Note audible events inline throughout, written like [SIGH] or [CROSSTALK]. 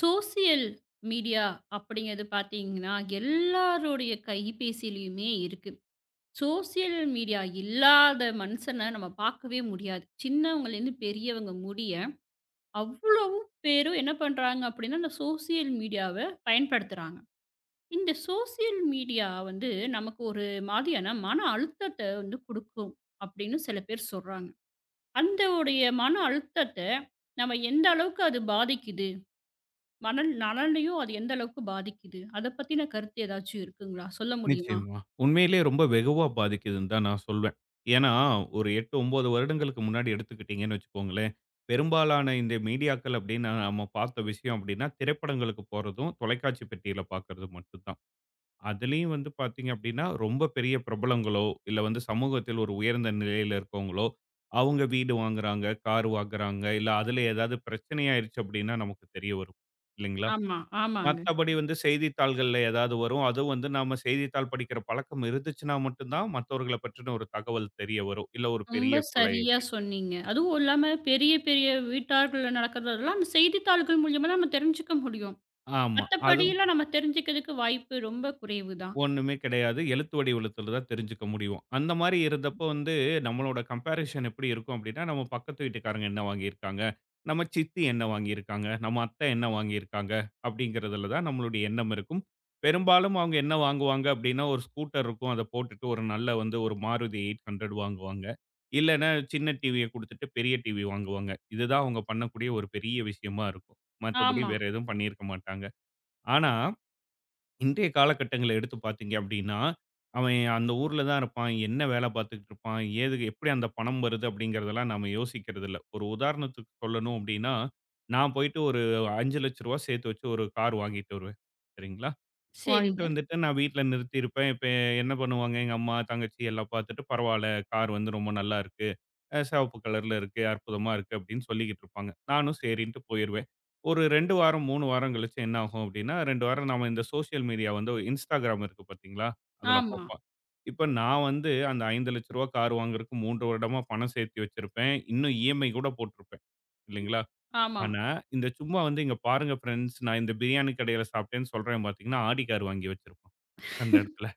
Social media அப்படிங்கிறது பார்த்தீங்கன்னா, எல்லாருடைய கைபேசியிலயுமே இருக்கு. சோசியல் மீடியா இல்லாத மனுஷன நம்ம பார்க்கவே முடியாது. சின்னவங்கலேருந்து பெரியவங்க முடிய, அவ்வளவும் பேரும் என்ன பண்றாங்க அப்படின்னா, இந்த சோசியல் மீடியாவ பயன்படுத்துறாங்க. இந்த சோசியல் மீடியா வந்து நமக்கு ஒரு மாதிரியான மன அழுத்தத்த வந்து குடுக்கும் அப்படின்னு சில பேர் சொல்றாங்க. அந்த உடைய மன அழுத்தத்த நம்ம எந்த அளவுக்கு அது பாதிக்குது? மணல் நலனையும் அது எந்த அளவுக்கு பாதிக்குது? அத பத்தின கருத்து ஏதாச்சும் இருக்குங்களா? சொல்ல முடியுமா? நிச்சயமா. உண்மையிலேயே ரொம்ப வெகுவா பாதிக்குதுன்னு தான் நான் சொல்வேன். ஏன்னா, ஒரு 8, 9 வருடங்களுக்கு முன்னாடி எடுத்துக்கிட்டீங்கன்னு வச்சுக்கோங்களேன், பெரும்பாலான இந்த மீடியாக்கள் அப்டின்னா நம்ம பார்த்த விஷயம் அப்டின்னா, திரைப்படங்களுக்கு போறதும், தொலைக்காட்சி பெட்டியில பார்க்கறதும் மட்டும் தான். அதுலயும் வந்து பார்த்தீங்க அப்டின்னா, ரொம்ப பெரிய பிரபலங்களோ, இல்ல வந்து சமூகத்தில் ஒரு உயர்ந்த நிலையில இருக்கவங்களோ, அவங்க வீடு வாங்குறாங்க, கார் வாங்குறாங்க, இல்ல அதுல ஏதாவது பிரச்சனை ஆயிருச்சு அப்டின்னா நமக்கு தெரிய வரும். இல்லைங்களா? ஆமா, ஆமாங்க. மத்தபடி வந்து செய்தித்தாள்கள்ல ஏதாவது வரும். அதுவும் வந்து நாம செய்தித்தாள் படிக்கிற பழக்கம் இருந்துச்சுன்னா மட்டும் தான் மத்தவர்கள பற்றின ஒரு தகவல் தெரிய வரும். இல்ல ஒரு ரொம்ப பெரிய கொலை சரியா அப்படின்னு. சொன்னீங்க. அதுவும் இல்லாம பெரிய, பெரிய வீட்டார்கள்ல நடக்கிறதெல்லாம் அந்த செய்தித்தாள்கள் மூலியமா நம்ம தெரிஞ்சுக்க முடியும். ஆமா. அது மத்தபடிலாம் நம்ம தெரிஞ்சுக்கிறதுக்கு வாய்ப்பு ரொம்ப குறைவு தான். ஒண்ணுமே கிடையாது. எழுத்து வடிவத்துல தான் தெரிஞ்சுக்க முடியும். அந்த மாரி இருந்தப்போ வந்து நம்மளோட கம்பேரிசன் எப்படி இருக்கும் அப்படின்னா, நம்ம பக்கத்து வீட்டுக்காரங்க என்ன வாங்கியிருக்காங்க? நம்ம சித்தி என்ன வாங்கியிருக்காங்க? நம்ம அத்தை என்ன வாங்கியிருக்காங்க? அப்படிங்கிறதுல தான் நம்மளுடைய எண்ணம் இருக்கும். பெரும்பாலும் அவங்க என்ன வாங்குவாங்க அப்படின்னா, ஒரு ஸ்கூட்டர் இருக்கும். அத போட்டுட்டு ஒரு நல்ல வந்து ஒரு Maruti 800 வாங்குவாங்க. இல்லன்னா சின்ன டிவிய குடுத்துட்டு பெரிய டிவி வாங்குவாங்க. இதுதான் அவங்க பண்ணக்கூடிய ஒரு பெரிய விஷயமா இருக்கும். மத்தபடி ஆமா. வேற எதுவும் பண்ணியிருக்க மாட்டாங்க. ஆனா இன்றைய காலகட்டங்கள எடுத்து பார்த்தீங்க அப்படின்னா, அவன் அந்த ஊர்ல தான் இருப்பான். என்ன வேலை பார்த்துக்கிட்டு இருப்பான்? ஏது எப்படி அந்த பணம் வருது? அப்படிங்கிறதெல்லாம் நாம யோசிக்கிறதில்ல. ஒரு உதாரணத்துக்கு சொல்லணும் அப்படின்னா, நான் போயிட்டு ஒரு ரூ. 5,00,000 சேர்த்து வச்சு ஒரு கார் வாங்கிட்டு வருவேன். சரிங்களா? வாங்கிட்டு சரிங்க. வந்துட்டு நான் வீட்ல நிறுத்தியிருப்பேன். இப்ப என்ன பண்ணுவாங்க, எங்க அம்மா, தங்கச்சி எல்லாம் பார்த்துட்டு, "பரவால்ல, கார் வந்து ரொம்ப நல்லா இருக்கு. அ சிவப்பு கலர்ல இருக்கு. அற்புதமா இருக்கு" அப்படின்னு சொல்லிக்கிட்டு இருப்பாங்க. நானும் சரின்ட்டு போயிருவேன். ஒரு 2 வாரம், 3 வாரம் கழிச்சு என்ன ஆகும் அப்படின்னா, 2 வாரம் நாம இந்த சோசியல் மீடியா வந்து Instagram இருக்கு பார்த்தீங்களா? அதுல ஆமா, பார்ப்போம். இப்ப நான் வந்து அந்த ரூ. 5,00,000 கார் வாங்குறதுக்கு 3 வருடமா பணம் சேர்த்து வச்சிருப்பேன். இன்னும் இஎம்ஐ கூட போட்டிருப்பேன் இல்லைங்களா? ஆமா. ஆனா, இந்த சும்மா வந்து இங்க பாருங்க ஃபிரெண்ட்ஸ் நான் இந்த பிரியாணி கடையில சாப்பிட்டேன்னு சொல்றேன் பார்த்தீங்கன்னா, ஆடி கார் வாங்கி வச்சிருப்பான் அந்த இடத்துல.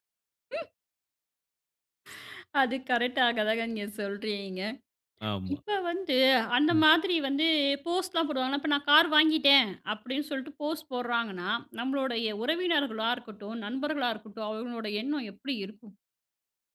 அது கரெக்டாக தாங்க நீங்க சொல்றீங்க. ஆமா. இப்ப வந்து அந்த ம். மாதிரி வந்து போஸ்ட்லாம் போடுவாங்கல்ல. இப்ப நான் கார் வாங்கிட்டேன் அப்படின்னு சொல்லிட்டு போஸ்ட் போடுறாங்கன்னா, நம்மளுடைய உறவினர்களா இருக்கட்டும், நண்பர்களா இருக்கட்டும், அவங்களோட எண்ணம் எப்படி இருக்கும்?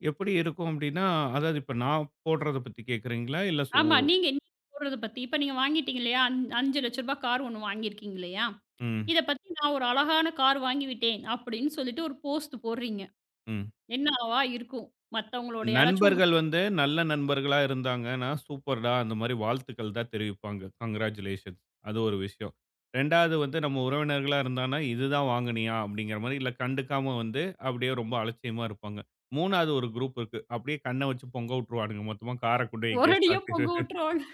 எப்படி இருக்கும் அப்படின்னா, அதாவது இப்ப நான் போடுறத பத்தி கேட்கிறீங்களா? இல்ல சோ ஆமா. நீங்க நீங்க போடுறத பத்தி இப்ப நீங்க வாங்கிட்டீங்க இல்லையா? ரூ. 5,00,000 கார் ஒண்ணு வாங்கியிருக்கீங்க இல்லையா? ம். இத பத்தி நான் ஒரு அழகான கார் வாங்கி விட்டேன் அப்படின்னு சொல்லிட்டு ஒரு போஸ்ட் போடுறீங்க. ம். என்னவா இருக்கும்? மத்தவங்களோட யாராச்சும் உங்க நண்பர்கள் சு வந்து நல்ல நண்பர்களா இருந்தாங்கன்னா, "சூப்பர்டா!" அந்த மாரி வாழ்த்துக்கள் தான் தெரிவிப்பாங்க. கங்கிராச்சுலேஷன்ஸ் அது ஒரு விஷயம். 2வது வந்து நம்ம உறவினர்களா இருந்தான்னா, "இதுதான் வாங்குனியா?" அப்படிங்கிற மாரி இல்ல கண்டுக்காம வந்து அப்படியே ரொம்ப அலட்சியமா இருப்பாங்க. 3வது ஒரு குரூப் இருக்கு. அப்படியே கண்ண வச்சு பொங்க விட்டுருவானுங்க. மொத்தமா கார கொண்டு போய் எங்கேயோ ஒரடியா சாத்திரு பொங்க விட்டுருவாங்க.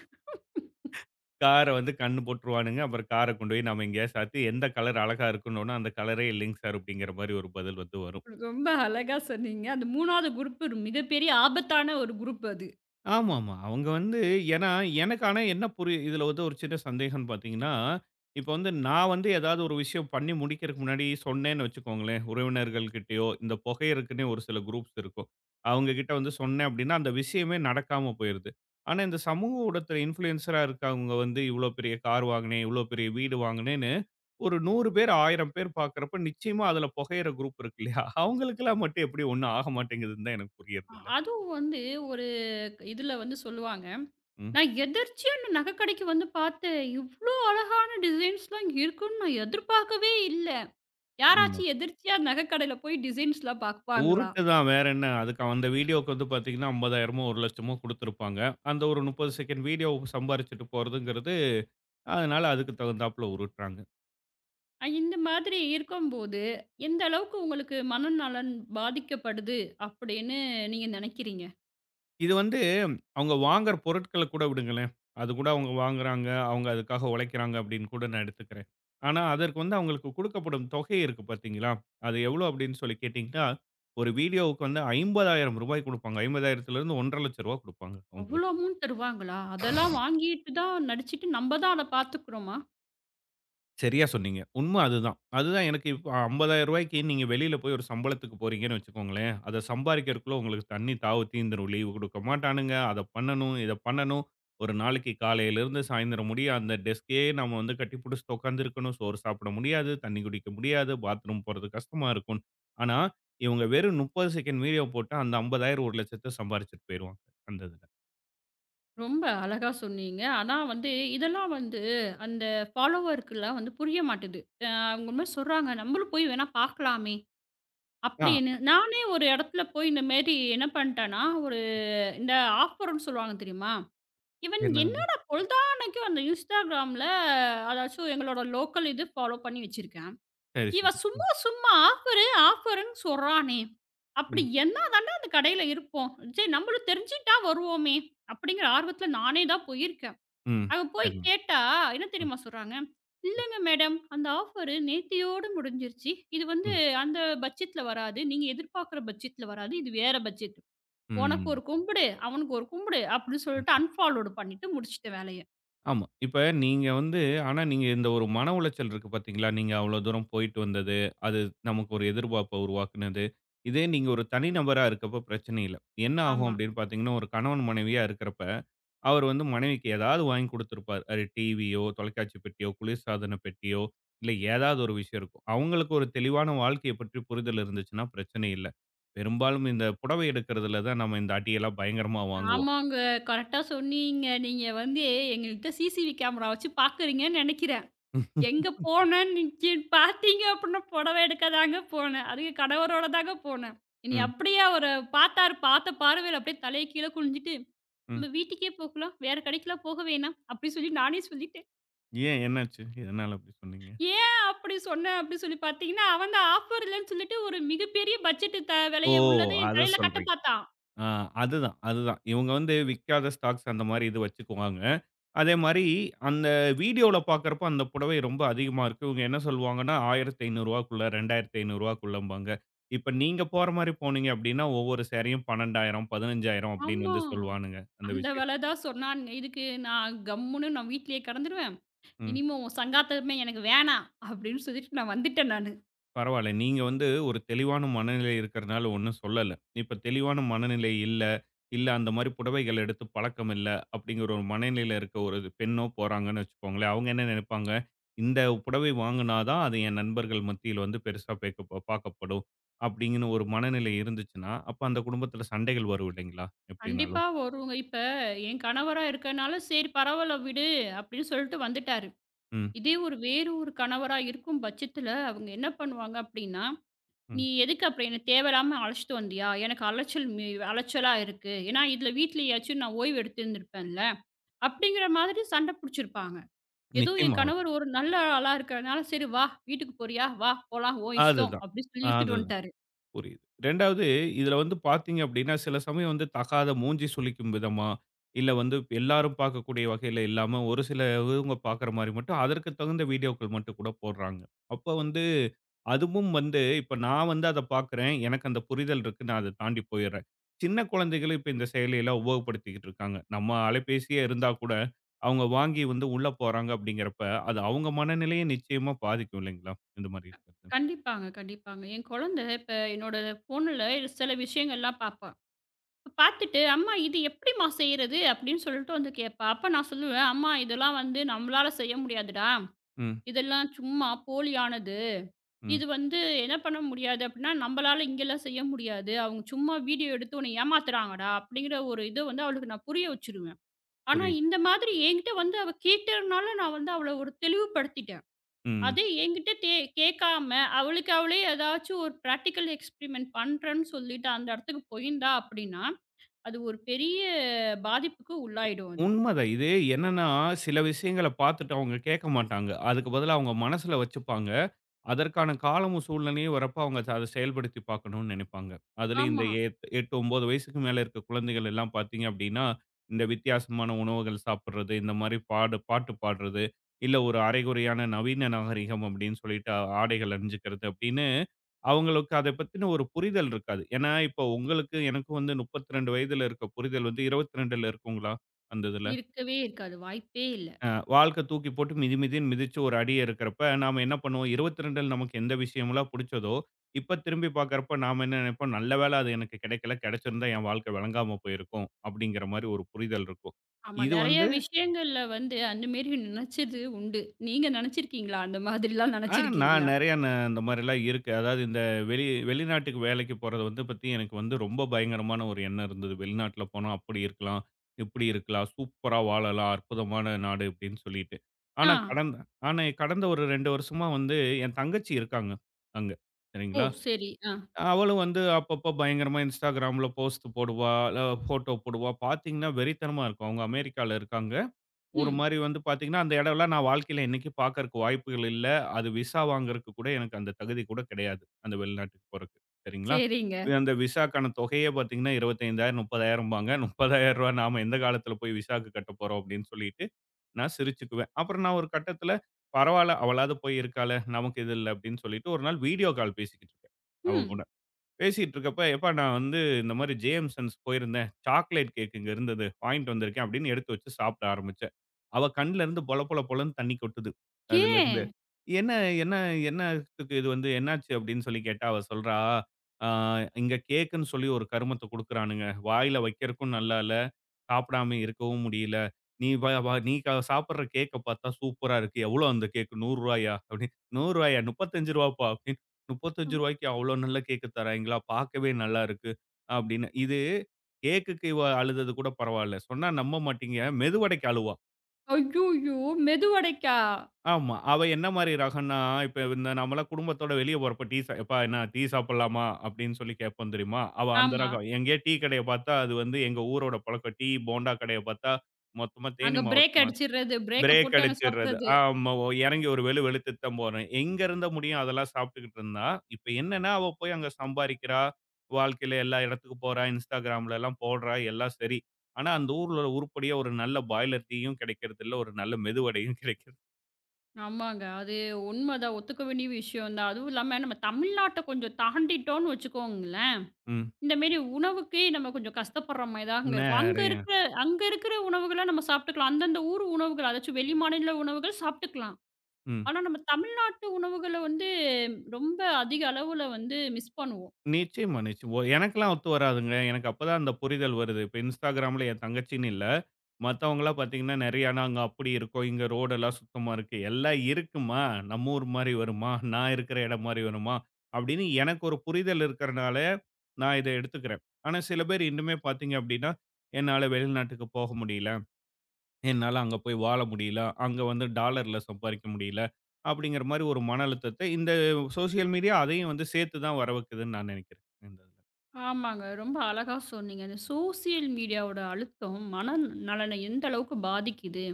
கார வந்து கண்ணு போட்டுருவானுங்க. அப்புறம் கார கொண்டு போய் நம்ம எங்கேயாவது சாத்தி, எந்த கலர் அழகா இருக்குன்னோன, "அந்த கலரே இல்லைங்க சார்" அப்படிங்கிற மாரி ஒரு பதில் வந்து வரும். ரொம்ப அழகா சொன்னீங்க. அந்த 3வது குரூப் ஒரு மிகப்பெரிய ஆபத்தான ஒரு குரூப் அது. ஆமாமா. அவங்க வந்து ஏன்னா, எனக்கு ஆனா என்ன புரி இதுல வந்து ஒரு சின்ன சந்தேகம்ன்னு பார்த்தீங்கன்னா, இப்ப வந்து நான் வந்து ஏதாவது ஒரு விஷயம் பண்ணி முடிக்கிறதுக்கு முன்னாடி சொன்னேன்னு வச்சுக்கோங்களேன், உறவினர்கள்கிட்டயோ, இந்த புகையருக்குன்னே ஒரு சில குரூப்ஸ் இருக்கும். அவங்க கிட்ட வந்து சொன்னேன் அப்படின்னா, அந்த விஷயமே நடக்காம போயிருது. ஆனா இந்த சமூக ஊடகத்துல இன்ஃப்ளூயன்ஸரா இருக்கவங்க வந்து இவ்ளோ பெரிய கார் வாங்கினேன், இவ்ளோ பெரிய வீடு வாங்கினேன்னு ஒரு 100 பேர், 1000 பேர் பார்க்கிறப்ப நிச்சயமா அதுல புகையற குரூப் இருக்கு இல்லையா? அவங்களுக்கெல்லாம் மட்டும் எப்படி ஒண்ணும் ஆக மாட்டேங்குதுன்னு தான் எனக்கு புரியறதில்ல. அதுவும் வந்து ஒரு இதுல வந்து சொல்லுவாங்க. நான் எதர்ச்சியா அந்த நகைக்கடைக்கு வந்து பார்த்தேன். இவ்ளோ அழகான டிசைன்ஸ்லாம் இங்க இருக்குன்னு நான் எதிர்பார்க்கவே இல்ல. ம். யாராச்சும் எதிர்ச்சியா நகைக்கடையில போய் டிசைன்ஸ்லாம் பார்ப்பாங்களா? உருட்டு தான் வேற என்ன. அதுக்கு அந்த வீடியோக்கு வந்து பார்த்தீங்கன்னா, 50,000மோ 1,00,000மோ குடுத்துருப்பாங்க. அந்த ஒரு 30 செகண்ட் வீடியோ சம்பாரிச்சுட்டு போறதுங்கிறது, அதனால அதுக்கு தகுந்தாப்புல உருட்டுறாங்க. இந்த மாதிரி இருக்கும்போது, எந்த அளவுக்கு உங்களுக்கு மனநலன் பாதிக்கப்படுது அப்படின்னு நீங்க நினைக்கிறீங்க? இது வந்து அவங்க வாங்குற பொருட்கள கூட விடுங்களேன். அது கூட அவங்க வாங்குறாங்க, அவங்க அதுக்காக உழைக்கிறாங்க அப்படின்னு கூட நான் எடுத்துக்கிறேன். ஆனா, அதற்கு வந்து அவங்களுக்கு குடுக்கப்படும் தொகை இருக்கு பார்த்தீங்களா, அது எவ்வளோ அப்படின்னு சொல்லி கேட்டீங்கன்னா, ஒரு வீடியோவுக்கு வந்து ரூ. 50,000 குடுப்பாங்க. 50,000த்திலிருந்து 1,50,000 ரூவா குடுப்பாங்க அவங்களுக்கு. அவ்வளோ அமௌண்ட் தருவாங்களா? அதெல்லாம் வாங்கிட்டு தான் நடிச்சுட்டு நம்ம தான் அத பார்த்துக்கிறோமா? சரியா சொன்னீங்க. உண்ம அதுதான். அதுதான் எனக்கு இப்ப ரூ. 50,000 நீங்க வெளியில போய் ஒரு சம்பளத்துக்கு போறீங்கன்னு வச்சுக்கோங்களேன், அத சம்பாரிக்கிறதுக்குள்ள உங்களுக்கு தண்ணி தாவு தீந்துரும். லீவு குடுக்க மாட்டானுங்க. அத பண்ணணும், இத பண்ணணும். ஒரு நாளைக்கு காலையிலிருந்து சாயந்தரம் முடிய அந்த டெஸ்க்கயே நம்ம வந்து கட்டிப்புடிச்சுட்டு உட்காந்துருக்கணும். சோறு சாப்பிட முடியாது, தண்ணி குடிக்க முடியாது, பாத்ரூம் போறது கஷ்டமா இருக்கும். ஆனா, இவங்க வெறும் 30 செகண்ட் வீடியோ போட்டு அந்த 50,000 1,00,000 சம்பாரிச்சுட்டு போயிருவாங்க. அந்த இதுல. ரொம்ப அழகா சொன்னீங்க. ஆனா வந்து இதெல்லாம் வந்து அந்த ஃபாலோவருக்குலாம் வந்து புரிய மாட்டுது. அவங்க மாரி சொல்றாங்க, "நம்மளும் போய் வேணா பார்க்கலாமே!" ஆ அப்படின்னு. நானே ஒரு இடத்துல போய் இந்த மாரி என்ன பண்ட்டேன்னா, ஒரு இந்த ஆஃபர்ன்னு சொல்லுவாங்க தெரியுமா? இவன் என்னதுங்க? என்னடா பொழுதானைக்கும் அந்த Instagramல அதாச்சும் எங்களோட லோக்கல் இது ஃபாலோ பண்ணி வச்சிருக்கேன். சரி, சரி. இவன் ம், சும்மா சும்மா ஆஃபரு, ஆஃபருன்னு சொல்றானே! அப்படி ம், என்ன தாண்டா அந்த கடையில இருப்போம்? சரி நம்மளும் தெரிஞ்சுக்கிட்டா வருவோமே! அப்படிங்கிற ஆர்வத்துல நானே தான் போயிருக்கேன். ம். அங்க போய் சரிங்க. கேட்டா, என்ன ம், தெரியுமா சொல்றாங்க? "இல்லங்க மேடம், அந்த ஆஃபரு நேத்தியோட முடிஞ்சிருச்சு. இது வந்து ம், அந்த பட்ஜெட்ல வராது. நீங்க எதிர்பார்க்குற பட்ஜெட்ல வராது. இது வேற பட்ஜெட். உனக்கு ம். ஒரு கும்பிடு, அவனுக்கு ஒரு கும்பிடு" அப்படின்னு சொல்லிட்டு அன்ஃபாலோடு பண்ணிட்டு முடிச்சுட்ட வேலைய. ஆமா. இப்ப நீங்க வந்து ஆனா நீங்க இந்த ஒரு மன உளைச்சல் இருக்கு பார்த்தீங்களா? நீங்க அவ்ளோ தூரம் போயிட்டு வந்தது, அது நமக்கு ஒரு எதிர்பார்ப்ப உருவாக்குனது. இதே நீங்க ஒரு தனி நபரா இருக்கப்ப பிரச்சனை இல்ல. என்ன ஆகும் ஆமா. அப்படின்னு பார்த்தீங்கன்னா, ஒரு கணவன் மனைவியா இருக்கிறப்ப, அவர் வந்து மனைவிக்கு ஏதாவது வாங்கி குடுத்திருப்பார். அது டிவியோ, தொலைக்காட்சி பெட்டியோ, குளிர்சாதன பெட்டியோ, இல்ல ஏதாவது ஒரு விஷயம் இருக்கும். அவங்களுக்கு ஒரு தெளிவான வாழ்க்கைய பற்றி புரிதல் இருந்துச்சுன்னா பிரச்சனை இல்ல. பெரும்பாலும் இந்த புடவை எடுக்கிறதுல தான் நம்ம இந்த அடியெல்லாம் பயங்கரமா வாங்குவோம். ஆமாங்க. கரெக்ட்டா சொன்னீங்க. நீங்க வந்து எங்கள்ட்ட சிசிவி கேமரா வச்சு பார்க்குறீங்கன்னு நெனைக்கிறேன். எங்க [LAUGHS] போனேன்னு நீங்க பார்த்தீங்க அப்டின்னா, புடவை எடுக்க தாங்க போனேன். அதுவும் கணவரோட தாங்க போனேன். என்னைய ம், அப்படியே அவரு பார்த்தாரு. பார்த்த பார்வையில அப்படியே தலைய கீழ குனிஞ்சுட்டு, ம். "நம்ம வீட்டுக்கே போகலாம். வேற கடைக்கெல்லாம் போக வேணாம்." அப்படி சொல்லி நானே சொல்லிட்டேன். ஏன் என்னாச்சு? எதனால அப்படி சொன்னீங்க? ஏன் அப்படி சொன்னேன் அப்படின்னு சொல்லி பார்த்தீங்கன்னா, அவன் தான் ஆஃபர் இல்லன்னு சொல்லிட்டு ஒரு மிகப்பெரிய பட்ஜெட் த ஓ! விலைய உள்ளத என் அத தலையில கட்ட சொல்றீங்க. பார்த்தான். ஆ அதுதான், அதுதான். இவங்க வந்து விக்காத ஸ்டாக்ஸ் அந்த மாரி இது வச்சுக்குவாங்க. அதே மாரி அந்த வீடியோல பார்க்கறப்ப அந்த புடவை ரொம்ப அதிகமா இருக்கு. இவங்க என்ன சொல்லுவாங்கன்னா, ரூ. 1500க்குள்ள, ரூ. 2500க்குள்ளம்பாங்க. இப்ப நீங்க போற மாரி போனீங்க அப்படின்னா, ஒவ்வொரு சேலையும் 12,000, 15,000 அப்படின்னு ஆமா. வந்து சொல்வானுங்க அந்த அந்த விஷயத்த. வெல தான் சொன்னானுங்க. இதுக்கு நான் கம்முன்னு நான் வீட்லயே கெடந்துருவேன். ம். "இனிமே உன் சங்காத்தமே எனக்கு வேணாம்" அப்படின்னு சொல்லிட்டு நான் வந்துட்டேன் நானு. பரவால்ல. நீங்க வந்து ஒரு தெளிவான மனநிலை இருக்கிறனால ஒண்ணும் சொல்லல. இப்ப தெளிவான மனநிலை இல்ல, இல்ல அந்த மாரி புடவைகள் எடுத்து பழக்கம் இல்ல, அப்படிங்கிற ஒரு மனநிலையில இருக்க ஒரு பெண்ணோ போறாங்கன்னு வச்சுக்கோங்களேன். அவங்க என்ன நெனைப்பாங்க, இந்த புடவை வாங்குனா தான் அது என் நண்பர்கள் மத்தியில வந்து பெருசா பேக்க பார்க்கப்படும். அப்படிங்கன்னு ஒரு மனநிலை இருந்துச்சுன்னா, அப்ப அந்த குடும்பத்தில சண்டைகள் வரும் இல்லைங்களா? எப்படினாலும். கண்டிப்பா வருங்க. இப்ப என் கணவரா இருக்கனால, "சரி பரவால்ல விடு" அப்படின்னு சொல்லிட்டு வந்துட்டாரு. ம், இதே ஒரு வேறு ஒரு கணவரா இருக்கும் பட்சத்துல, அவங்க என்ன பண்ணுவாங்க அப்படின்னா, ம். "நீ எதுக்கு அப்புறம் என்ன தேவையில்லாம அழைச்சிட்டு வந்தியா? எனக்கு அலைச்சல் அலைச்சலா இருக்கு. ஏன்னா இதுல வீட்லயாச்சும் நான் ஓய்வு எடுத்திருந்திருப்பேன்ல." அப்படிங்கிற மாதிரி சண்டை புடிச்சிருப்பாங்க. ஏதோ என் நிச்சயமா வரும். கணவர் ஒரு நல்ல ஆளா இருக்கிறனால, "சரி வா, வீட்டுக்கு போறியா? வா போலாம், உன் இஷ்டம்" அதுதான். அப்படி சொல்லி அது இழுத்துட்டு வந்துட்டாரு. புரியுது. 2வது இதுல வந்து பார்த்தீங்க அப்படின்னா, சில சமயம் வந்து தகாத மூஞ்சி சுளிக்கும் விதமா, இல்ல வந்து எல்லாரும் பார்க்கக்கூடிய வகையில இல்லாம, ஒரு சில இவங்க பார்க்குற மாரி மட்டும் அதற்கு தகுந்த வீடியோக்கள் மட்டும் கூட போடுறாங்க. அப்ப வந்து அதுவும் வந்து இப்ப நான் வந்து அத பார்க்குறேன். எனக்கு அந்த புரிதல் இருக்கு. நான் அத தாண்டி போயிடுறேன். சின்ன குழந்தைகளும் இப்ப இந்த செயலியெல்லாம் உபயோகப்படுத்திக்கிட்டு இருக்காங்க. நம்ம அலைபேசியே இருந்தா கூட, அவங்க வாங்கி வந்து உள்ள போறாங்க அப்படிங்கிறப்ப, அது அவங்க மனநிலைய நிச்சயமா பாதிக்கும் இல்லைங்களா? இந்த மாரி இருக்கிறது. கண்டிப்பாங்க, கண்டிப்பாங்க. என் குழந்தை இப்ப என்னோட ஃபோன்ல சில விஷயங்கள்லாம் பாப்பா. பார்த்துட்டு, "அம்மா இது எப்படிம்மா செய்றது?" அப்படின்னு சொல்லிட்டு வந்து கேட்பா. அப்ப நான் சொல்லுவேன், "அம்மா இதெல்லாம் வந்து நம்மளால செய்ய முடியாதுடா. ம், இதெல்லாம் சும்மா போலியானது. ம். இது வந்து என்ன பண்ண முடியாது அப்படின்னா, நம்மளால இங்கெல்லாம் செய்ய முடியாது. அவங்க சும்மா வீடியோ எடுத்து உன்னை ஏமாத்துறாங்கடா." அப்படிங்கிற ஒரு இத வந்து அவளுக்கு நான் புரிய வச்சுருவேன். ஆனா புரியுது. இந்த மாதிரி என்கிட்ட வந்து அவ கேட்டதுனால நான் வந்து அவள ஒரு தெளிவுபடுத்திட்டேன். ம். அதே என்கிட்ட கேட்காம அவளுக்கு அவளே ஏதாச்சும் ஒரு பிராக்டிகல் எக்ஸ்பெரிமெண்ட் பண்றேன்னு சொல்லிட்டு அந்த இடத்துக்கு போயிருந்தா அப்படின்னா, அது ஒரு பெரிய பாதிப்புக்கு உள்ளாயிடும் அது. உண்மதான். இது என்னன்னா, சில விஷயங்கள பாத்துட்டு அவங்க கேட்க மாட்டாங்க. அதுக்கு பதிலா அவங்க மனசுல வச்சுப்பாங்க. அதற்கான காலமும் சூழ்நிலையும் வரப்ப அவங்க அத செயல்படுத்தி பாக்கணும்னு நெனைப்பாங்க. அதுலயும் இந்த ஆமா. எட் 8, 9 வயசுக்கு மேல இருக்க குழந்தைகள் எல்லாம் பாத்தீங்க அப்டின்னா, இந்த வித்தியாசமான உணவுகள் சாப்பிடுறது, இந்த மாரி பாடு பாட்டு பாடுறது, இல்ல ஒரு அரைகுறையான நவீன நாகரிகம் அப்டின்னு சொல்லிட்டு ஆடைகள் அணிஞ்சுக்கிறது அப்டின்னு, அவங்களுக்கு அத பத்தின ஒரு புரிதல் இருக்காது. ஏன்னா, இப்ப உங்களுக்கு எனக்கும் வந்து 32 வயதுல இருக்க புரிதல் வந்து 22ல இருக்குங்களா? அந்த இதுல? இருக்கவே இருக்காது. வாய்ப்பே இல்ல. அ வாழ்க்கை தூக்கி போட்டு மிதி மிதின்னு மிதிச்சு ஒரு அடி இருக்கிறப்ப, நாம என்ன பண்ணுவோம் 22ல் நமக்கு எந்த விஷயம்லாம் புடிச்சதோ, இப்ப திரும்பி பார்க்கிறப்ப நாம என்ன நினைப்போம், "நல்ல வேளை அது எனக்கு கிடைக்கல, கிடைச்சிருந்தா என் வாழ்க்கை விளங்காம போயிருக்கும்." அப்படிங்கிற மாரி ஒரு புரிதல் இருக்கும். ஆமா. இது நெறைய வந்து விஷயங்கள்ல வந்து அந்த மாரி நினைச்சது உண்டு. நீங்க நினைச்சிருக்கீங்களா? அந்த மாதிரிலாம் ஆ நான் நினைச்சிருக்கீங்களா? நெறையா இந்த மாரிலாம் இருக்கு. அதாவது இந்த வெளிநாட்டுக்கு வேலைக்கு போறது வந்து பத்தி எனக்கு வந்து ரொம்ப பயங்கரமான ஒரு எண்ணம் இருந்தது. வெளிநாட்ல போனா அப்படி இருக்கலாம், இப்படி இருக்கலாம், சூப்பரா வாழலாம், அற்புதமான நாடு அப்படின்னு சொல்லிட்டு. ஆனா ஆ. கடந்த ஆனா கடந்த ஒரு 2 வருஷமா வந்து என் தங்கச்சி இருக்காங்க அங்க. ஓ! சரிங்களா? சரி. ஆ. அவளும் வந்து அப்பப்போ பயங்கரமா Instagramல போஸ்ட் போடுவா, அ ஃபோட்டோ போடுவா. பார்த்தீங்கன்னா வெறித்தனமா இருக்கும். அவங்க அமெரிக்கால இருக்காங்க. ஒரு ம். மாரி வந்து பார்த்தீங்கன்னா, அந்த இடம்லாம் நான் வாழ்க்கையில என்னைக்கும் பார்க்கறக்கு வாய்ப்புகள் இல்ல. அது விசா வாங்குறக்கு கூட எனக்கு அந்த தகுதி கூட கிடையாது. அந்த வெளிநாட்டுக்கு போறக்கு. சரிங்களா? சரிங்க. இது அந்த விசாக்கான தொகையே பார்த்தீங்கன்னா, 25,000 30,000பாங்க. ரூ. 30,000 நாம எந்த காலத்தில போய் விசாக்கு கட்டப்போறோம் அப்படின்னு சொல்லிட்டு நான் சிரிச்சுக்குவேன். அப்புறம் நான் ஒரு கட்டத்தில பரவால்ல அவளாவது போய் இருக்காளே, நமக்கு இது இல்ல அப்படின்னு சொல்லிட்டு ஒரு நாள் வீடியோ கால் பேசிக்கிட்டு இருக்கேன். அவங்க கூட. ம். பேசிட்டு இருக்கப்ப, "எப்பா நான் வந்து இந்த மாரி ஜேஎம்சன்ஸ் போயிருந்தேன். சாக்லேட் கேக் இங்க இருந்தது. வாங்கிட்டு வந்திருக்கேன்" அப்படின்னு எடுத்து வச்சு சாப்பிட ஆரம்பிச்சேன். அவ கண்ல இருந்து பொல பொல பொலன்னு தண்ணி கொட்டுது. அதுலருந்து. ஏன்? "என்ன என்ன என்னத்துக்கு இது வந்து என்னாச்சு?" அப்படின்னு சொல்லி கேட்டா, அவ சொல்றா, "ஆ இங்க கேக்குன்னு சொல்லி ஒரு கருமத்த குடுக்குறானுங்க. வாயில வைக்கிறக்கும் நல்லா இல்ல. சாப்பிடாம இருக்கவும் முடியல. நீ வ வ நீ க சாப்பிடுற கேக்க பார்த்தா சூப்பரா இருக்கு. எவ்வளோ அந்த கேக்? ரூ. 100 அப்படின்னு "ரூ. 100 ரூ. 35 அப்படின்னு ரூ. 35க்கு அவ்ளோ நல்ல கேக்கு தராய்ங்களா? பார்க்கவே நல்லா இருக்கு. அப்படின்னு. இது கேக்குக்கு இவ அழுதது கூட பரவால்ல. சொன்னா நம்ப மாட்டீங்க. மெதுவடைக்கு அழுவா. ஐய்யய்யோ! மெதுவடைக்கா? ஆமா. அவ என்ன மாரி ரகம்னா, இப்ப இந்த நம்மலாம் குடும்பத்தோட வெளிய போறப்ப டீ சா "எப்பா என்ன டீ சாப்பிடலாமா?" அப்படின்னு சொல்லி கேட்போம் தெரியுமா? அவ அந்த ஆமா. ரகம். எங்கேயோ டீ கடைய பார்த்தா, அது வந்து எங்க ஊரோட பழக்கம். டீ, போண்டா கடைய பார்த்தா, மொத்தமா தேனி அங்க பிரேக் மாவட்டமா அடிச்சிடுறது. பிரேக்க பிரேக் போட்டு அங்க அடிச்சிடுறது. சாப்பிடுறது. ஆமா. ஒ இறங்கி ஒரு வெளு வெளுத்துத்தான் போறேன். எங்க இருந்த முடியும் அதெல்லாம் சாப்பிட்டுக்கிட்டு இருந்தா, இப்ப என்னன்னா அவ போய் அங்க சம்பாரிக்கிறா, வாழ்க்கையில எல்லா இடத்துக்கு போறா, இன்ஸ்டாகிராம்லலாம் போடுறா, எல்லாம் சரி. ஆனா அந்த ஊர்ல உள்ள உருப்படியா ஒரு நல்ல பாய்லர் டீயும் கிடைக்கிறதில்ல, ஒரு நல்ல மெதுவடையும் கிடைக்கிறது. ஆமாங்க. அது உண்மதான். ஒத்துக்க வேண்டிய விஷயம் தான். அதுவும் இல்லாம நம்ம தமிழ்நாட்ட கொஞ்சம் தாண்டிட்டோம்னு வச்சுக்கோங்களேன் ம். இந்த மாரி உணவுக்கே நம்ம கொஞ்சம் கஷ்டப்படுற மாரி தாங்க இருக்கும். அங்க நெறைய. இருக்கிற அங்க இருக்கிற உணவுகள நம்ம சாப்பிட்டுக்கலாம். அந்தந்த ஊர் உணவுகள் அதாச்சும் வெளிமாநில உணவுகள் சாப்பிட்டுக்கலாம். ம். ஆனா நம்ம தமிழ்நாட்டு உணவுகள வந்து ரொம்ப அதிக அளவுல வந்து மிஸ் பண்ணுவோம். நிச்சயமா, நிச்சயமா. எனக்கெல்லாம் ஒத்து வராதுங்க. எனக்கு அப்பதான் அந்த புரிதல் வருது. இப்ப Instagramல என் தங்கச்சின்னு இல்ல. மத்தவங்கலாம் பார்த்தீங்கன்னா, நெறைய ஆனா அங்க அப்படி இருக்கும். இங்க ரோடெல்லாம் சுத்தமா இருக்கு. எல்லாம் இருக்கும்மா. நம்ம ஊர் மாரி வருமா? நான் இருக்கிற இடம் மாரி வருமா? அப்படின்னு எனக்கு ஒரு புரிதல் இருக்கிறனால, நான் இத எடுத்துக்கிறேன். ஆனா சில பேர் இன்னுமே பார்த்தீங்க அப்படின்னா, என்னால வெளிநாட்டுக்கு போக முடியல. என்னால அங்க போய் வாழ முடியல. அங்க வந்து டாலர்ல சம்பாரிக்க முடியல. அப்படிங்கிற மாரி ஒரு மன அழுத்தத்த இந்த சோசியல் மீடியா அதையும் வந்து சேர்த்து தான் வர வைக்குதுன்னு நான் நினைக்கிறேன். இந்த இதுல. ஆமாங்க. ரொம்ப அழகா சொன்னீங்க. இந்த சோசியல் மீடியாவோட அழுத்தம் மன நலனை எந்த அளவுக்கு பாதிக்குது?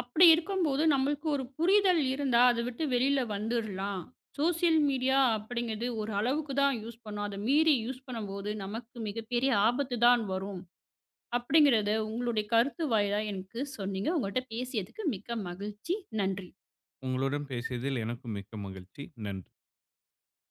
அப்படி இருக்கும்போது நம்மளுக்கு ஒரு புரிதல் இருந்தா, அத விட்டு வெளில வந்துர்லாம். சோசியல் மீடியா அப்படிங்கிறது ஒரு அளவுக்கு தான் யூஸ் பண்ணணும். அத மீறி யூஸ் பண்ணும்போது நமக்கு மிகப்பெரிய ஆபத்து தான் வரும். அப்படிங்கிறத உங்களுடைய கருத்து வாயிலா எனக்கு சொன்னீங்க. உங்கள்ட்ட பேசியதுக்கு மிக்க மகிழ்ச்சி. நன்றி. உங்களுடன் பேசியதில் எனக்கும் மிக்க மகிழ்ச்சி. நன்றி.